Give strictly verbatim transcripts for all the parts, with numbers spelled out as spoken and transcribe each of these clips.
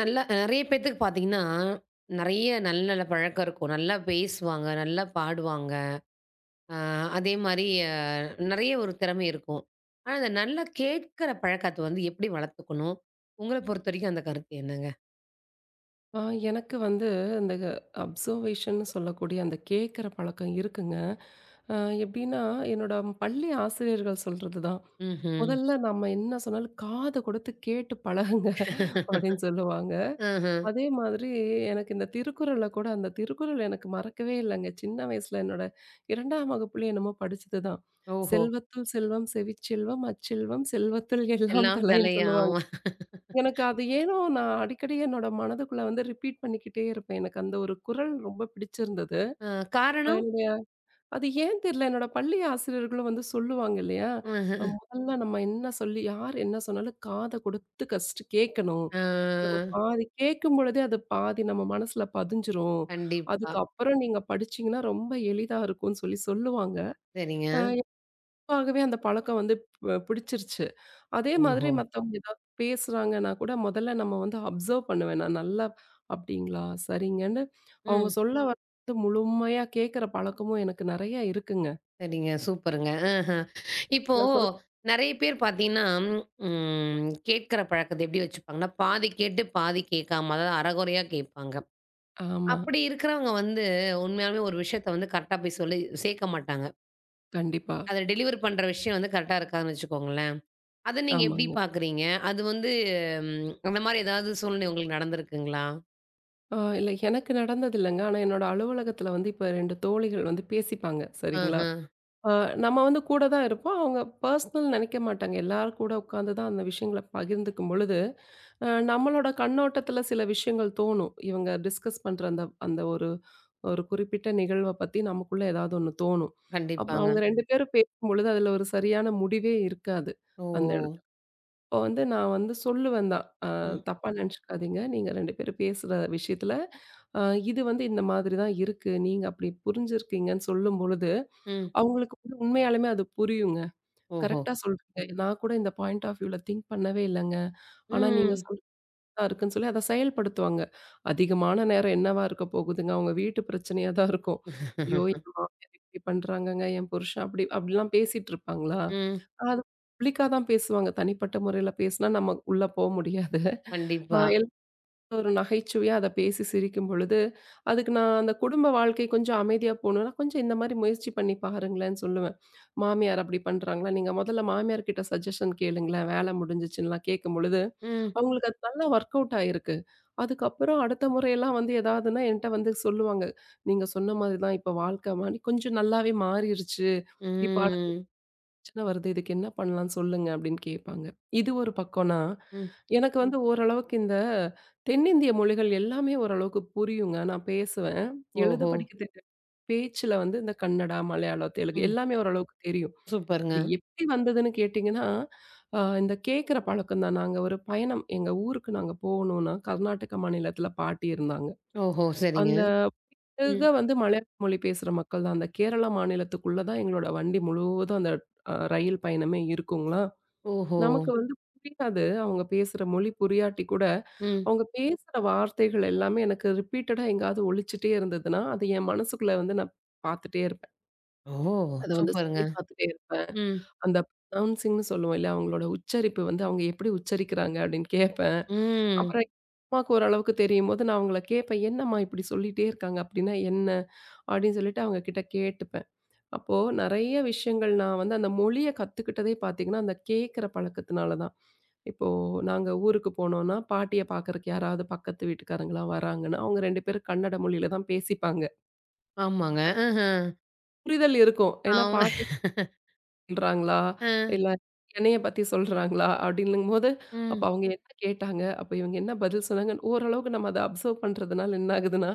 நல்லா நெறைய பேத்துக்கு பார்த்தீங்கன்னா, நெறைய நல்ல நல்ல பழக்கம் இருக்கும். நல்லா பேசுவாங்க, நல்லா பாடுவாங்க. அ அதேமாரி. அ நெறைய ஒரு திறமை இருக்கும். ஆனா, அந்த நல்லா கேட்கிற பழக்கத்த வந்து எப்படி வளர்த்துக்கணும்? உங்கள பொறுத்தவரைக்கும் அந்த கருத்து என்னங்க? ஆ எனக்கு வந்து இந்த அப்சர்வேஷன்னு சொல்லக்கூடிய அந்த கேட்குற பழக்கம் இருக்குங்க. அ எப்படின்னா, என்னோட பள்ளி ஆசிரியர்கள் சொல்றது தான். ம்ஹ்ம். "முதல்ல நம்ம என்ன சொன்னாலும் காது கொடுத்து கேட்டு பழகுங்க" அப்படின்னு சொல்லுவாங்க. ம்ஹ்ம். அதே மாதிரி எனக்கு இந்த திருக்குறள்ல கூட அந்த திருக்குறள் எனக்கு மறக்கவே இல்லைங்க. சின்ன வயசுல என்னோட இரண்டாம் வகுப்புலயோ என்னமோ படிச்சது தான். ஓஹோ! "செல்வத்துள் செல்வம் செவிச்செல்வம், அச்செல்வம் செல்வத்துள் எல்லாம் எல்லாம் தலை. தலைன்னு" சொல்லுவாங்க. ஆமா. எனக்கு அது ஏனோ நான் அடிக்கடி என்னோட மனதுக்குள்ள வந்து ரிப்பீட் பண்ணிக்கிட்டே இருப்பேன். எனக்கு அந்த ஒரு குரல் ரொம்ப பிடிச்சிருந்தது. அ அ காரணம்? என்னுடைய அது ஏன் தெரியல. என்னோட பள்ளி ஆசிரியர்களும் வந்து சொல்லுவாங்க இல்லையா? அ ம்ஹ்ம். முதல்ல நம்ம என்ன சொல்லி யார் என்ன சொன்னாலும் காத கொடுத்து ஃபர்ஸ்ட் கேட்கணும். ஆ. நம்ம பாதி கேட்கும் பொழுதே அது பாதி நம்ம மனசுல பதிஞ்சிரும். கண்டிப்பா. அதுக்கப்புறம் நீங்க படிச்சீங்கன்னா ரொம்ப எளிதா இருக்கும்ன்னு சொல்லி சொல்லுவாங்க. சரிங்க. அ ஆகவே அந்த பழக்கம் வந்து ப பிடிச்சிருச்சு. அதே மாதிரி ஓஹோ! மத்தவங்க ஏதாவது பேசுறாங்கன்னா கூட முதல்ல நம்ம வந்து அப்சர்வ் பண்ணுவேன். நான் நல்லா "அப்படிங்களா? சரிங்கன்னு" அவங்க ம். சொல்ல வர்றது முழுமையா கேட்குற பழக்கமும் எனக்கு நிறைய இருக்குங்க. சரிங்க. சூப்பருங்க. ஆஹ. இப்போ நான் சொல் நெறைய பேர் பார்த்தீங்கன்னா, ம் கேட்கிற பழக்கத்த எப்படி வச்சுப்பாங்கன்னா, பாதி கேட்டு, பாதி கேட்காம, அதாவது அரைகுறையா கேட்பாங்க. ஆமா. அப்படி இருக்கிறவங்க வந்து உண்மையாலுமே ஒரு விஷயத்த வந்து கரெக்ட்டா போய் சொல்லி சேர்க்க மாட்டாங்க. கண்டிப்பா. அத டெலிவர் பண்ற விஷயம் வந்து கரெக்ட்டா இருக்காதுன்னு வச்சுக்கோங்களேன். அத நீங்க எப்படி ஆமாங்க. பார்க்குறீங்க? அது வந்து ம் அந்த மாரி ஏதாவது சூழ்நிலை உங்களுக்கு நடந்திருக்குங்களா? ஆ இல்ல எனக்கு நடந்தது இல்லங்க. ஆனா என்னோட அலுவலகத்தில வந்து இப்ப இரண்டு தோழிகள் வந்து பேசிப்பாங்க. ஆஹ. சரிங்களா? அ நம்ம வந்து கூட தான் இருப்போம். அவங்க பர்சனல் நெனைக்க மாட்டாங்க. எல்லாரும் கூட உட்காந்து தான் அந்த விஷயங்கள பகிர்ந்துக்கும் பொழுது, அ நம்மளோட கண்ணோட்டத்துல சில விஷயங்கள் தோணும். இவங்க டிஸ்கஸ் பண்ற அந்த அந்த ஒரு ஒரு குறிப்பிட்ட நிகழ்வ பத்தி நமக்குள்ள ஏதாவது ஒண்ணு தோணும். அப்ப கண்டிப்பாங்க. அவங்க இரண்டு பேரும் பேசும்பொழுது அதுல ஒரு சரியான முடிவே இருக்காது. ஓ! அந்த இடத்துல. அப்போ வந்து நான் வந்து சொல்லுவேன் தான். அ ம், தப்பா நெனச்சுக்காதீங்க. நீங்க இரண்டு பேரும் பேசுற விஷயத்துல, அ இது வந்து இந்த மாதிரி தான் இருக்கு. நீங்க அப்படி புரிஞ்சிருக்கீங்கன்னு சொல்லும்பொழுது, ம். அவங்களுக்கு வந்து உண்மையாலுமே அது புரியுங்க. ஓஹோ! கரெக்ட்டா சொல்றீங்க. நான் கூட இந்த பாயிண்ட் ஆஃப் வியூல திங்க் பண்ணவே இல்லங்க. ஆனா நீங்க ம். சொல்றது தான் இருக்குன்னு சொல்லி அத செயல்படுத்துவாங்க. அதிகமான நேரம் என்னவா இருக்க போகுதுங்க? அவங்க வீட்டு பிரச்சனையா தான் இருக்கும். ஐயோ! என் மாமியார் இப்படி பண்றாங்கங்க, என் புருஷன் அப்படி அப்படிலாம் பேசிட்டு இருப்பாங்களா? ம். அது பப்ளிக்கா தான் பேசுவாங்க. தனிப்பட்ட முறையில பேசினா நம்ம உள்ள போ முடியாது. அ கண்டிப்பா. ஒரு நகைச்சுவையா அத பேசி சிரிக்கும் பொழுது, அதுக்கு நான் அந்த குடும்ப வாழ்க்கை கொஞ்சம் அமைதியா போணும்னா, கொஞ்சம் இந்த மாரி முயற்சி பண்ணி பாருங்களேன்னு சொல்லுவேன். மாமியார் அப்படி பண்றாங்களா? நீங்க முதல்ல மாமியார் கிட்ட சஜஷன் கேளுங்களேன். வேலை முடிஞ்சுச்சுன்லாம் கேட்கும்பொழுது, ம். அவங்களுக்கு அது நல்லா வொர்க் அவுட் ஆயிருக்கு. அதுக்கப்புறம் அடுத்த முறையெல்லாம் வந்து ஏதாவதுன்னா என்ட்ட வந்து சொல்லுவாங்க. "நீங்க சொன்ன மாதிரி தான் இப்ப வாழ்க்க மாறி கொஞ்சம் நல்லாவே மாறிருச்சு. இப்ப அடுத்த ம். பிரச்சனை வருது. இதுக்கு என்ன பண்ணலாம்னு சொல்லுங்க" அப்படின்னு கேட்பாங்க. இது ஒரு பக்கம்னா, ம். எனக்கு வந்து ஓரளவுக்கு இந்த தென்னிந்திய மொழிகள் எல்லாமே ஓரளவுக்கு புரியுங்க. நான் பேசுவேன். எழுத ஓஹோ! படிக்க தெரியாது. பேச்சுல வந்து இந்த கன்னடா, மலையாளம், தெலுங்கு ம். எல்லாமே ஓரளவுக்கு தெரியும். சூப்பருங்க. அது எப்படி வந்ததுன்னு கேட்டீங்கன்னா, அ இந்த கேட்கிற பழக்கம் தான். நாங்க ஒரு பயணம் எங்க ஊருக்கு நாங்க போகணும்னா, கர்நாடக மாநிலத்தில பாட்டி இருந்தாங்க. ஓஹோ! சரிங்க. அந்த தெலுக ம். வந்து மலையாள மொழி பேசுற மக்கள் தான். அந்த கேரளா மாநிலத்துக்குள்ள தான் எங்களோட வண்டி முழுவதும் அந்த அ ரயில் பயணமே இருக்குங்களா. ஓஹோ! நமக்கு வந்து புரியாது. அவங்க பேசுற மொழி புரியாட்டி கூட, ம். அவங்க பேசுற வார்த்தைகள் எல்லாமே எனக்கு ரிப்பீட்டடா எங்கேயாவது ஒலிச்சுட்டே இருந்ததுன்னா, அது என் மனசுக்குள்ள வந்து நான் பார்த்துட்டே இருப்பேன். ஓ! அத வந்து சூப்பருங்க. சொல்லி பார்த்துட்டே இருப்பேன். ம். அந்த ப்ரொனவுன்சிங்ன்னு சொல்லுவோம் இல்ல, அவங்களோட உச்சரிப்பு வந்து அவங்க எப்படி உச்சரிக்கிறாங்க அப்படின்னு கேட்பேன். ம். அப்புறம் எங்க அம்மாக்கு ஓரளவுக்கு தெரியும்போது நான் அவங்கள கேட்பேன். "என்னம்மா இப்படி சொல்லிட்டே இருக்காங்க அப்படின்னா என்ன?" அப்படின்னு சொல்லிட்டு அவங்க கிட்ட கேட்டுப்பேன். அப்போ நெறைய விஷயங்கள் நான் வந்து அந்த மொழிய கத்துக்கிட்டதே பார்த்தீங்கன்னா, அந்த கேட்கிற பழக்கத்தினால தான். இப்போ நாங்க ஊருக்கு போனோம்னா, பாட்டிய பார்க்கறக்கு யாராவது பக்கத்து வீட்டுக்காரங்கலாம் வராங்கன்னா, அவங்க இரண்டு பேரும் கன்னட மொழியில தான் பேசிப்பாங்க. ஆமாங்க. ம்ஹ்ம். புரிதல் இருக்கும். ஏன்னா ஆமா. பாட்டி சொல்றாங்களா? அ. இல்ல என்னைய பத்தி சொல்றாங்களா? அப்படின்னும்போது, அப்ப ம். அவங்க என்ன கேட்டாங்க? அப்ப இவங்க என்ன பதில் சொன்னாங்கன்னு ஓரளவுக்கு நம்ம அத அப்சர்வ் பண்றதுனால என்ன ஆகுதுன்னா,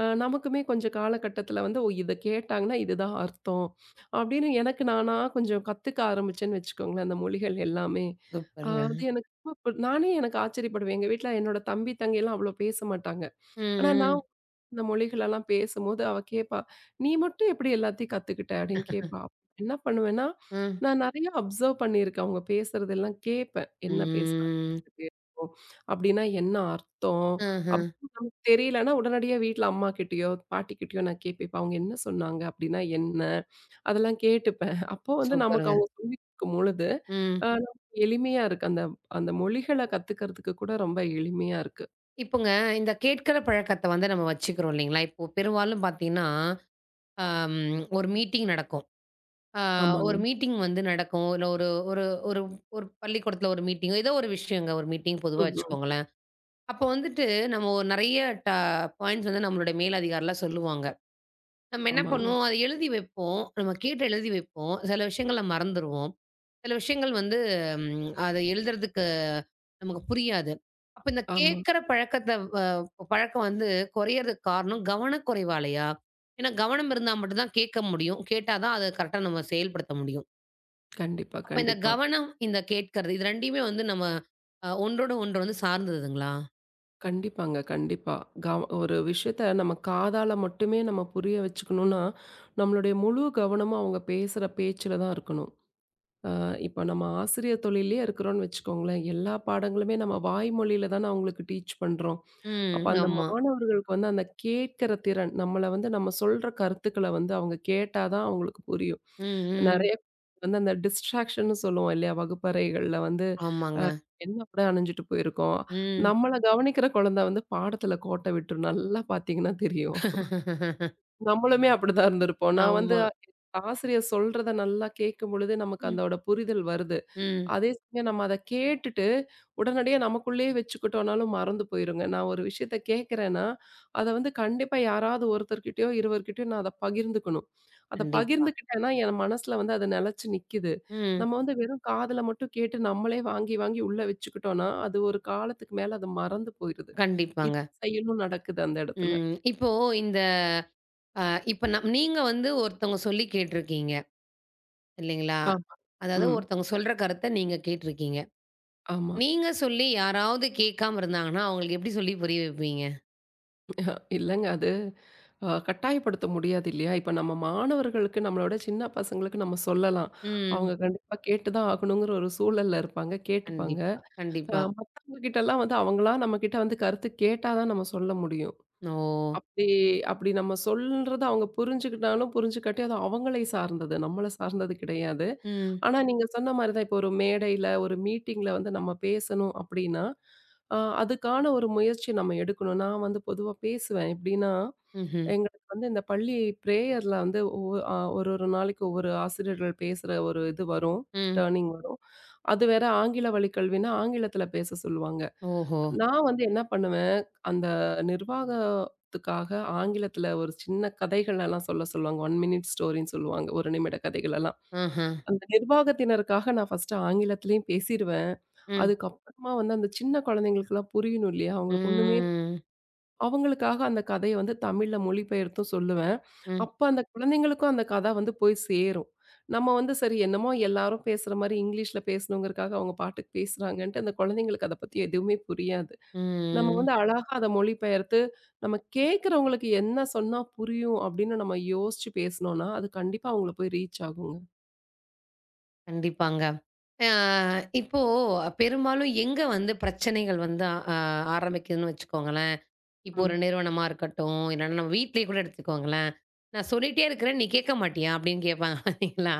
அ நமக்குமே கொஞ்சம் காலகட்டத்தில வந்து, "ஓ! இத கேட்டாங்கன்னா இதுதான் அர்த்தம்." அப்படின்னு எனக்கு நானா கொஞ்சம் கத்துக்க ஆரம்பிச்சேன்னு வச்சுக்கோங்களேன், அந்த மொழிகள் எல்லாமே. அ சூப்பருங்க. அது எனக்கு ரொம்ப பு- நானே எனக்கு ஆச்சரியப்படுவேன். எங்க வீட்ல என்னோட தம்பி, தங்கைலாம் அவ்வளோ பேச மாட்டாங்க. ஆனா நான் ம், ம், இந்த மொழிகளெல்லாம் பேசும்போது அவ கேட்பா, "நீ மட்டும் எப்படி எல்லாத்தையும் கத்துக்கிட்ட?" அப்படின்னு கேட்பா. என்ன பண்ணுவேன்னா, ம். நான் நெறைய அப்சர்வ் பண்ணியிருக்கேன். அவங்க பேசுறதெல்லாம் கேட்பேன். என்ன பேசுறாங்க? ம். கேட்போம், அப்படின்னா என்ன அர்த்தம்? ம்ஹ்ம். அப்படி நமக்கு தெரியலன்னா உடனடியா வீட்ல அம்மாகிட்டயோ, பாட்டிகிட்டயோ நான் கேட்பேன். இப்ப அவங்க என்ன சொன்னாங்க? அப்படின்னா என்ன? அதெல்லாம் கேட்டுப்பேன். அப்போ வந்து நமக்கு சூப்பருங்க. அவங்க சொல்லிக் கொடுக்கும் பொழுது, ம். அ நமக்கு எளிமையா இருக்கு. அந்த அந்த மொழிகள கத்துக்கிறதுக்கு கூட ரொம்ப எளிமையா இருக்கு. இப்போங்க இந்த கேட்கிற பழக்கத்த வந்து நம்ம வச்சுக்கிறோம் இல்லைங்களா? இப்போ பெரும்பாலும் பார்த்தீங்கன்னா, அம் ஒரு மீட்டிங் நடக்கும். ஆ ஆமாங்க. ஒரு மீட்டிங் வந்து நடக்கும். இல்ல, ஒரு ஒரு ஒரு ஒரு பள்ளிக்கூடத்துல ஒரு மீட்டிங்கோ, ஏதோ ஒரு விஷயங்க. ஒரு மீட்டிங் பொதுவா ம், ம். வச்சுக்கோங்களேன். அப்போ வந்துட்டு நம்ம ஒரு நெறைய ட பாயிண்ட்ஸ் வந்து நம்மளுடைய மேலதிகாரிலாம் சொல்லுவாங்க. நம்ம என்ன ஆமாங்க. பண்ணுவோம், அத எழுதி வைப்போம். நம்ம கேட்டு எழுதி வைப்போம். சில விஷயங்கள மறந்துருவோம். சில விஷயங்கள் வந்து ம் அத எழுதுறதுக்கு நமக்கு புரியாது. அப்ப இந்த ஆமா. கேட்கற பழக்கத்த வ பழக்கம் வந்து குறையறதுக்கு காரணம் கவனக்குறைவாலயா? ஏன்னா கவனம் இருந்தா மட்டும் தான் கேட்க முடியும். கேட்டா தான் அத கரெக்ட்டா நம்ம செயல்படுத்த முடியும். கண்டிப்பா, அப்ப இந்த கண்டிப்பா. கவனம், இந்த கேட்கறது இது ரெண்டுமே வந்து நம்ம அ ஒன்றோட ஒன்று வந்து சார்ந்ததுங்களா? கண்டிப்பாங்க, கண்டிப்பா. கவ் ஒரு விஷயத்த நம்ம காதால மட்டுமே நம்ம புரிய வச்சுக்கணும்னா, நம்மளுடைய முழு கவனமும் அவங்க பேசுற பேச்சுல தான் இருக்கணும். அஹ் இப்போ நம்ம ஆசிரியர் தொழில்லயே இருக்கிறோம்னு வச்சுக்கோங்களேன். எல்லா பாடங்களுமே நம்ம வாய்மொழியில தான அவங்களுக்கு டீச் பண்றோம். ம். அப்ப அந்த ஆமா. மாணவர்களுக்கு வந்து அந்த கேட்கிற திறன், நம்மள வந்து நம்ம சொல்ற கருத்துக்கள வந்து அவங்க கேட்டா தான் அவங்களுக்கு புரியும். ம், நெறைய ம். வந்து அந்த டிஸ்ட்ராக்ஷன்னு சொல்லுவோம் இல்லையா? வகுப்பறைகள்ல வந்து அ ஆமாங்க. என்ன உடை அணிஞ்சுட்டு போயிருக்கோம். ம். நம்மள கவனிக்கிற குழந்தை வந்து பாடத்துல கோட்ட விட்டுரும். நல்லா பார்த்தீங்கன்னா தெரியும். நம்மளுமே அப்படிதான் இருந்திருப்போம். நான் வந்து ஆமா. ஆசிரியர் சொல்றத நல்லா கேட்கும்பொழுது நமக்கு ம், அதோட புரிதல் வருது. ம். அதே சமயம் நம்ம அத கேட்டுட்டு, உடனடியா நமக்குள்ளேயே வச்சுக்கிட்டோம்னாலும் மறந்து போயிருங்க. நான் ஒரு விஷயத்த கேட்கிறேன்னா, அத வந்து கண்டிப்பா யாராவது ஒருத்தர்கிட்டயோ, இருவர்கிட்டயோ நான் அத பகிர்ந்துக்கணும். அத கண்டிப்பா. பகிர்ந்துக்கிட்டேன்னா, என் மனசுல வந்து அது நிலைச்சு நிக்குது. ம். நம்ம வந்து வெறும் காதுல மட்டும் கேட்டு நம்மளே வாங்கி, வாங்கி உள்ள வச்சுக்கிட்டோம்னா, அது ஒரு காலத்துக்கு மேல அது மறந்து போயிருது. இது கண்டிப்பாங்க. செயலும் நடக்குது அந்த இடத்துல. ம். இப்போ இந்த அ இப்ப நம் நீங்க வந்து ஒருத்தவங்க சொல்லி கேட்டுருக்கீங்க இல்லைங்களா? ஆமா. அதாவது ம். ஒருத்தவங்க சொல்ற கருத்த நீங்க கேட்டுருக்கீங்க. ஆமா. நீங்க சொல்லி யாராவது கேட்காம இருந்தாங்கன்னா, அவங்களுக்கு எப்படி சொல்லி புரிய வைப்பீங்க? இல்லங்க அது அ கட்டாயப்படுத்த முடியாது இல்லையா? இப்ப நம்ம மாணவர்களுக்கு, நம்மள விட சின்ன பசங்களுக்கு நம்ம சொல்லலாம். அவங்க ம். கண்டிப்பா கேட்டு தான் ஆகணுங்கிற ஒரு சூழல்ல இருப்பாங்க, கேட்டுப்பாங்க. கண்டிப்பா, அ கண்டிப்பா. மத்தவங்க கிட்டலாம் வந்து அவங்களா நம்மகிட்ட வந்து கருத்து கேட்டா தான் நம்ம சொல்ல முடியும். ஓ! அப்படி அப்படி நம்ம சொல்றத அவங்க புரிஞ்சுக்கிட்டாலும் புரிஞ்சுக்காட்டியும் அது அவங்களை சார்ந்தது, நம்மள சார்ந்தது கிடையாது. ம். ஆனா நீங்க சொன்ன மாரி தான், இப்போ ஒரு மேடையில, ஒரு மீட்டிங்ல வந்து நம்ம பேசணும் அப்படின்னா, அ அதுக்கான ஒரு முயற்சி நம்ம எடுக்கணும். நான் வந்து பொதுவா பேசுவேன். எப்படின்னா, ம்ஹ்ம். எங்களுக்கு வந்து இந்த பள்ளி பிரேயர்ல வந்து ஒவ்வொ அ ஒரு ஒரு நாளைக்கு ஒவ்வொரு ஆசிரியர்கள் பேசுற ஒரு இது வரும். ம். டர்னிங் வரும். அது வேற ஆங்கில வழி கல்வின்னா, ஆங்கிலத்தில பேச சொல்லுவாங்க. ஓஹோ! நான் வந்து என்ன பண்ணுவேன், அந்த நிர்வாகத்துக்காக ஆங்கிலத்தில ஒரு சின்ன கதைகள் எல்லாம் சொல்ல சொல்லுவாங்க. ஒரு மினிட் ஸ்டோரின்னு சொல்லுவாங்க. ஒரு நிமிட கதைகள் எல்லாம். ஆஹா. அந்த நிர்வாகத்தினருக்காக நான் ஃபர்ஸ்ட்டு ஆங்கிலத்திலயும் பேசிருவேன். ம். அதுக்கப்புறமா வந்து அந்த சின்ன குழந்தைங்களுக்குலாம் புரியணும் இல்லையா? அவங்களுக்கு ஒண்ணுமே ம். அவங்களுக்காக அந்த கதைய வந்து தமிழ்ல மொழிபெயர்த்தும் சொல்லுவேன். ம். அப்ப அந்த குழந்தைங்களுக்கும் அந்த கதை வந்து போய் சேரும். நம்ம வந்து சரி என்னமோ எல்லாரும் பேசுற மாரி இங்கிலீஷ்ல பேசணுங்கிறக்காக அவங்க பாட்டுக்கு பேசுறாங்கன்ட்டு, அந்த குழந்தைங்களுக்கு அத பத்தி எதுவுமே புரியாது. நம்ம ம். வந்து அழகா அத மொழிபெயர்த்து, நம்ம கேட்கிறவங்களுக்கு என்ன சொன்னா புரியும் அப்படின்னு நம்ம யோசிச்சு பேசுனோம்னா, அது கண்டிப்பா அவங்கள போய் ரீச் ஆகுங்க. கண்டிப்பாங்க. ஆ இப்போ பெரும்பாலும் எங்க வந்து பிரச்சனைகள் வந்து ஆ ஆரம்பிக்குதுன்னு வச்சுக்கோங்களேன். இப்போ ம். ஒரு நிறுவனமா இருக்கட்டும், இல்லன்னா நம்ம வீட்லயே கூட எடுத்துக்கோங்களேன். "நான் சொல்லிட்டே இருக்கிறேன், நீ கேட்க மாட்டியா?" அப்படின்னு கேட்பாங்க பார்த்தீங்களா?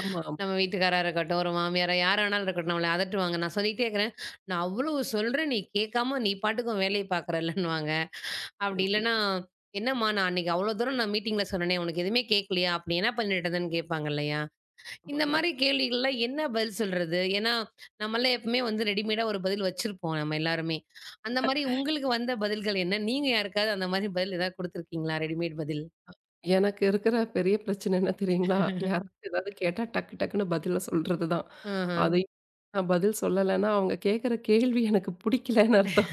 ஆமா. நம்ம வீட்டுக்காரரா இருக்கட்டும், ஒரு மாமியாரா, யார் வேணாலும் இருக்கட்டும், நம்மள அதட்டுவாங்க. "நான் சொல்லிட்டே இருக்கிறேன், நான் அவ்வளவு சொல்றேன், நீ கேட்காம நீ பாட்டுக்கும் வேலைய பார்க்குறல்லன்னுவாங்க." அப்படி இல்லன்னா, கண்டிப்பா. "என்னம்மா, நான் அன்னைக்கு அவ்வளோ தூரம் நான் மீட்டிங்ல சொன்னேனே, உனக்கு எதுவுமே கேட்கலையா? அப்படி என்ன பண்ணிட்டு இருந்தன்னு?" கேட்பாங்க இல்லையா? இந்த ஆமாங்க. மாரி கேள்விகள்ல என்ன பதில் சொல்றது? ஏன்னா, நம்மலாம் எப்பவுமே வந்து ரெடிமேடா ஒரு பதில் வச்சிருப்போம் நம்ம எல்லாருமே. அந்த மாரி உங்களுக்கு வந்த பதில்கள் என்ன? நீங்க யாருக்காவது அந்த மாரி பதில் ஏதாவது குடுத்துருக்கீங்களா? ரெடிமேட் பதில்? எனக்கு இருக்கிற பெரிய பிரச்சனை என்ன தெரியுங்களா? யாராவது ஏதாவது கேட்டா டக்கு டக்குன்னு பதில சொல்றது தான். ஆஹா. அது நான் பதில் சொல்லலைன்னா, அவங்க கேட்கிற கேள்வி எனக்கு புடிக்கலன்னு அர்த்தம்.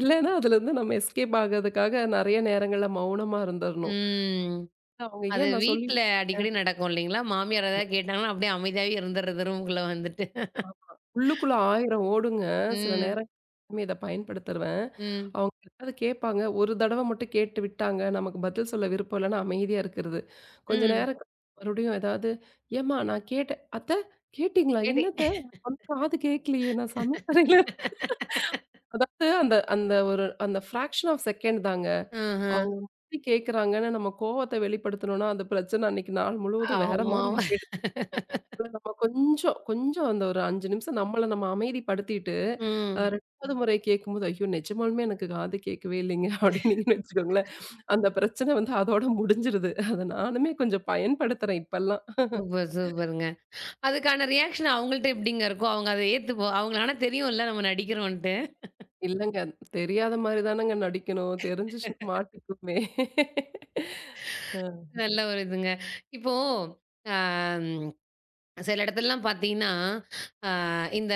இல்லன்னா அதுலருந்து நம்ம எஸ்கேப் ஆகறதுக்காக நெறைய நேரங்கள்ல மௌனமா இருந்துரணும். ம். அவங்க அது ஏன் நான் சொல்லி வீட்ல அடிக்கடி நடக்கும் இல்லைங்களா? மாமியார் ஏதாவது கேட்டாங்கன்னா, அப்படியே அமைதியாவே இருந்துறது ரூம்குள்ள வந்துட்டு. உள்ளுக்குள்ள ஆயிரம் ஓடுங்க. சில ம். நேரம் இத பயன்படுத்துருவேன். ம். அவங்க ஏதாவது கேட்பாங்க. ஒரு தடவ மட்டும் கேட்டு விட்டாங்க. நமக்கு பதில் சொல்ல விருப்பம் இல்லன்னா அமைதியா இருக்கிறது. கொஞ்ச ம். நேரம் கழிச்சு மறுபடியும் ஏதாவது, "ஏம்மா நான் கேட்டேன்." "அத்தை கேட்டீங்களா? கேட்டே. என்னத்த? உங்க காது கேட்கலையே! நான் சமையலறையில" அதாவது அந்த அந்த ஒரு அந்த ஃபிராக்ஷன் ஆஃப் செகண்ட் தாங்க. ஆஹ. அவங்க கேட்கறாங்கன்னு நம்ம கோவத்த வெளிப்படுத்தணும்னா, அந்த பிரச்சனை அன்னைக்கு நாள் முழுவதும் வேற ஆமா. மாரி ஆயிடும். நம்ம கொஞ்சம் கொஞ்சம் அந்த ஒரு ஐந்து நிமிஷம் நம்மள நம்ம அமைதிப்படுத்திட்டு, அ ம். இரண்டாவது முறை கேட்கும்போது, "ஐயோ! நிஜமாலுமே எனக்கு காது கேட்கவே இல்லைங்க." அப்படின்னீங்கன்னு வச்சுக்கோங்களேன். அந்த பிரச்சனை வந்து அதோட முடிஞ்சிருது. அத நானுமே கொஞ்சம் பயன்படுத்துறேன் இப்பல்லாம். சூப்பர், சூப்பருங்க. அதுக்கான ரியாக்ஷன் அவங்கள்ட்ட எப்படிங்க இருக்கும்? அவங்க அத ஏத்துப்போ அவங்கள, ஆனா தெரியும்ல நம்ம நடிக்கிறோன்ட்டு. இல்லங்க. தெரியாத மாரி தானங்க நடிக்கணும். தெரிஞ்சுச்சுன்னா மாட்டிக்குமே. அ நல்ல ஒரு இதுங்க. இப்போ அம் சில இடத்துலலாம் பார்த்தீங்கன்னா, அ இந்த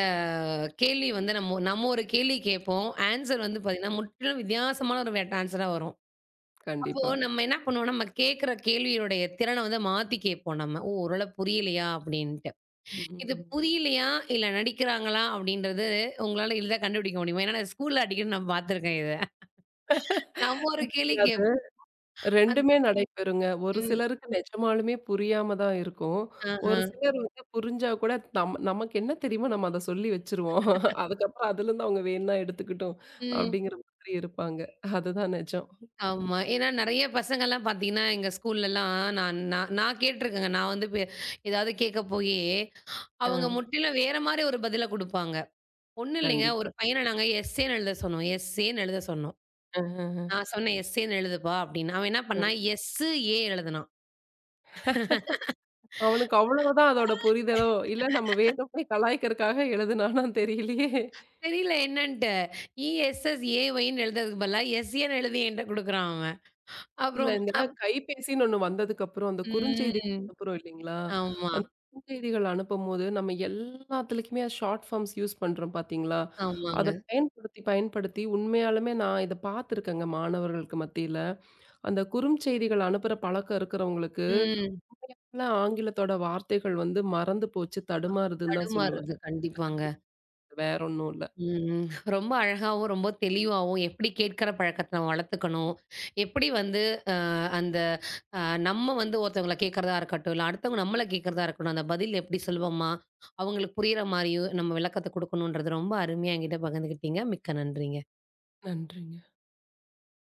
கேள்வி வந்து நம்ம நம்ம ஒரு கேள்வி கேட்போம். ஆன்சர் வந்து பார்த்தீங்கன்னா, முற்றிலும் வித்தியாசமான ஒரு வேட் ஆன்சரா வரும். அப்போ கண்டிப்பா. நம்ம என்ன பண்ணுவோம்னா, நம்ம கேட்கிற கேள்வியுடைய திறன வந்து மாத்தி கேட்போம் நம்ம. "ஓ! ஓரளவு புரியலையா?" அப்படின்னு. ம். இது ம். புரியலையா? இல்ல நடிக்கிறாங்களா? அப்படின்றது உங்களால எளிதா கண்டுபிடிக்க முடியுமா? ஏன்னா நான் ஸ்கூல்ல அடிக்கடி நான் பார்த்துருக்கேன் இத. நம்ம ஒரு கேள்வி அது கேப் அந் இரண்டுமே நடைபெறுங்க. ஒரு ம். சிலருக்கு நிஜமாலுமே புரியாம தான் இருக்கும். ஆஹா. ஒரு சிலர் வந்து புரிஞ்சா கூட நம் நமக்கு என்ன தெரியுமோ நம்ம அத சொல்லி வச்சுருவோம். அதுக்கப்புறம் அதுலருந்து அவங்க வேணுனா எடுத்துக்கட்டும் ம். அப்படிங்கிற மாதிரி இருப்பாங்க. அதுதான் நிஜம். ஆமா. ஏன்னா நெறைய பசங்கள்லாம் பார்த்தீங்கன்னா, எங்க ஸ்கூல்லலாம் நான் நான் நான் கேட்டுருக்கேங்க. நான் வந்து பெ ஏதாவது கேட்க போயி, ஆ அவங்க முற்றிலும் வேற மாரி ஒரு பதில குடுப்பாங்க. ஒண்ணும் இல்லைங்க. ஒரு கண்டிப்பா. பையன நாங்க எஸ்ஸேன்னு எழுத சொன்னோம். எஸ்ஸேன்னு எழுத சொன்னோம். அஹஹ. நான் சொன்னேன், "எஸ்ஸேன்னு எழுதுப்பா" அப்படின்னு. அவன் என்ன அ. பண்ணான்? எஸ்ஸு, ஏ அவனுக்கு அவ்வளவுதான் அதோட எழுதுனான். புரிதலோ, இல்ல நம்ம வேணும்னே கலாய்க்கிறதுக்காக எழுதுனானான்னு தெரியலையே! தெரியல என்னன்ட்டு. இஎஸ்எஸ்ஏஒய்ன்னு எழுதுறதுக்கு பதிலா எஸ்ஏன்னு எழுதி என்ட்ட குடுக்குறான் அவன். இல்ல அப்புறம் இந்த அப் கைபேசின்னு ஒண்ணு வந்ததுக்கப்புறம், அந்த குறுஞ்செய்தி ம். அனுப்புறோம் இல்லைங்களா? ஆமா. அந்த குறுஞ்செய்திகள் அனுப்பும்போது, நம்ம எல்லாத்துலக்குமே ஷார்ட் ஃபார்ம்ஸ் யூஸ் பண்றோம் பார்த்தீங்களா? ஆமாங்க. அத பயன்படுத்தி, பயன்படுத்தி உண்மையாலுமே நான் இத பார்த்துருக்கேங்க மாணவர்களுக்கு மத்தியில. அந்த குறுஞ்செய்திகள் அனுப்புற பழக்கம் இருக்கிறவங்களுக்கு, ம். உண்மையாலுமே ஆங்கிலத்தோட வார்த்தைகள் வந்து மறந்து போச்சு, அ தடுமாறுதுன்னு தான் சொல்லுவேன். தடுமாறுது. கண்டிப்பாங்க. வேற ஒண்ணும் இல்ல. ம். ரொம்ப அழகாவும், ரொம்ப தெளிவாவும் எப்படி கேட்கிற பழக்கத்த நம்ம வளர்த்துக்கணும். எப்படி வந்து அ அந்த அ நம்ம வந்து ஒருத்தவங்கள கேட்கறதா இருக்கட்டும், இல்ல அடுத்தவங்க நம்மள கேட்கறதா இருக்கட்டும், அந்த பதில் எப்படி சுலபமா, அவங்களுக்கு புரியிற மாரியும் நம்ம விளக்கத்த குடுக்கணுன்றது ரொம்ப அருமையா என்கிட்ட பகிர்ந்துக்கிட்டீங்க. மிக்க நன்றிங்க. நன்றிங்க.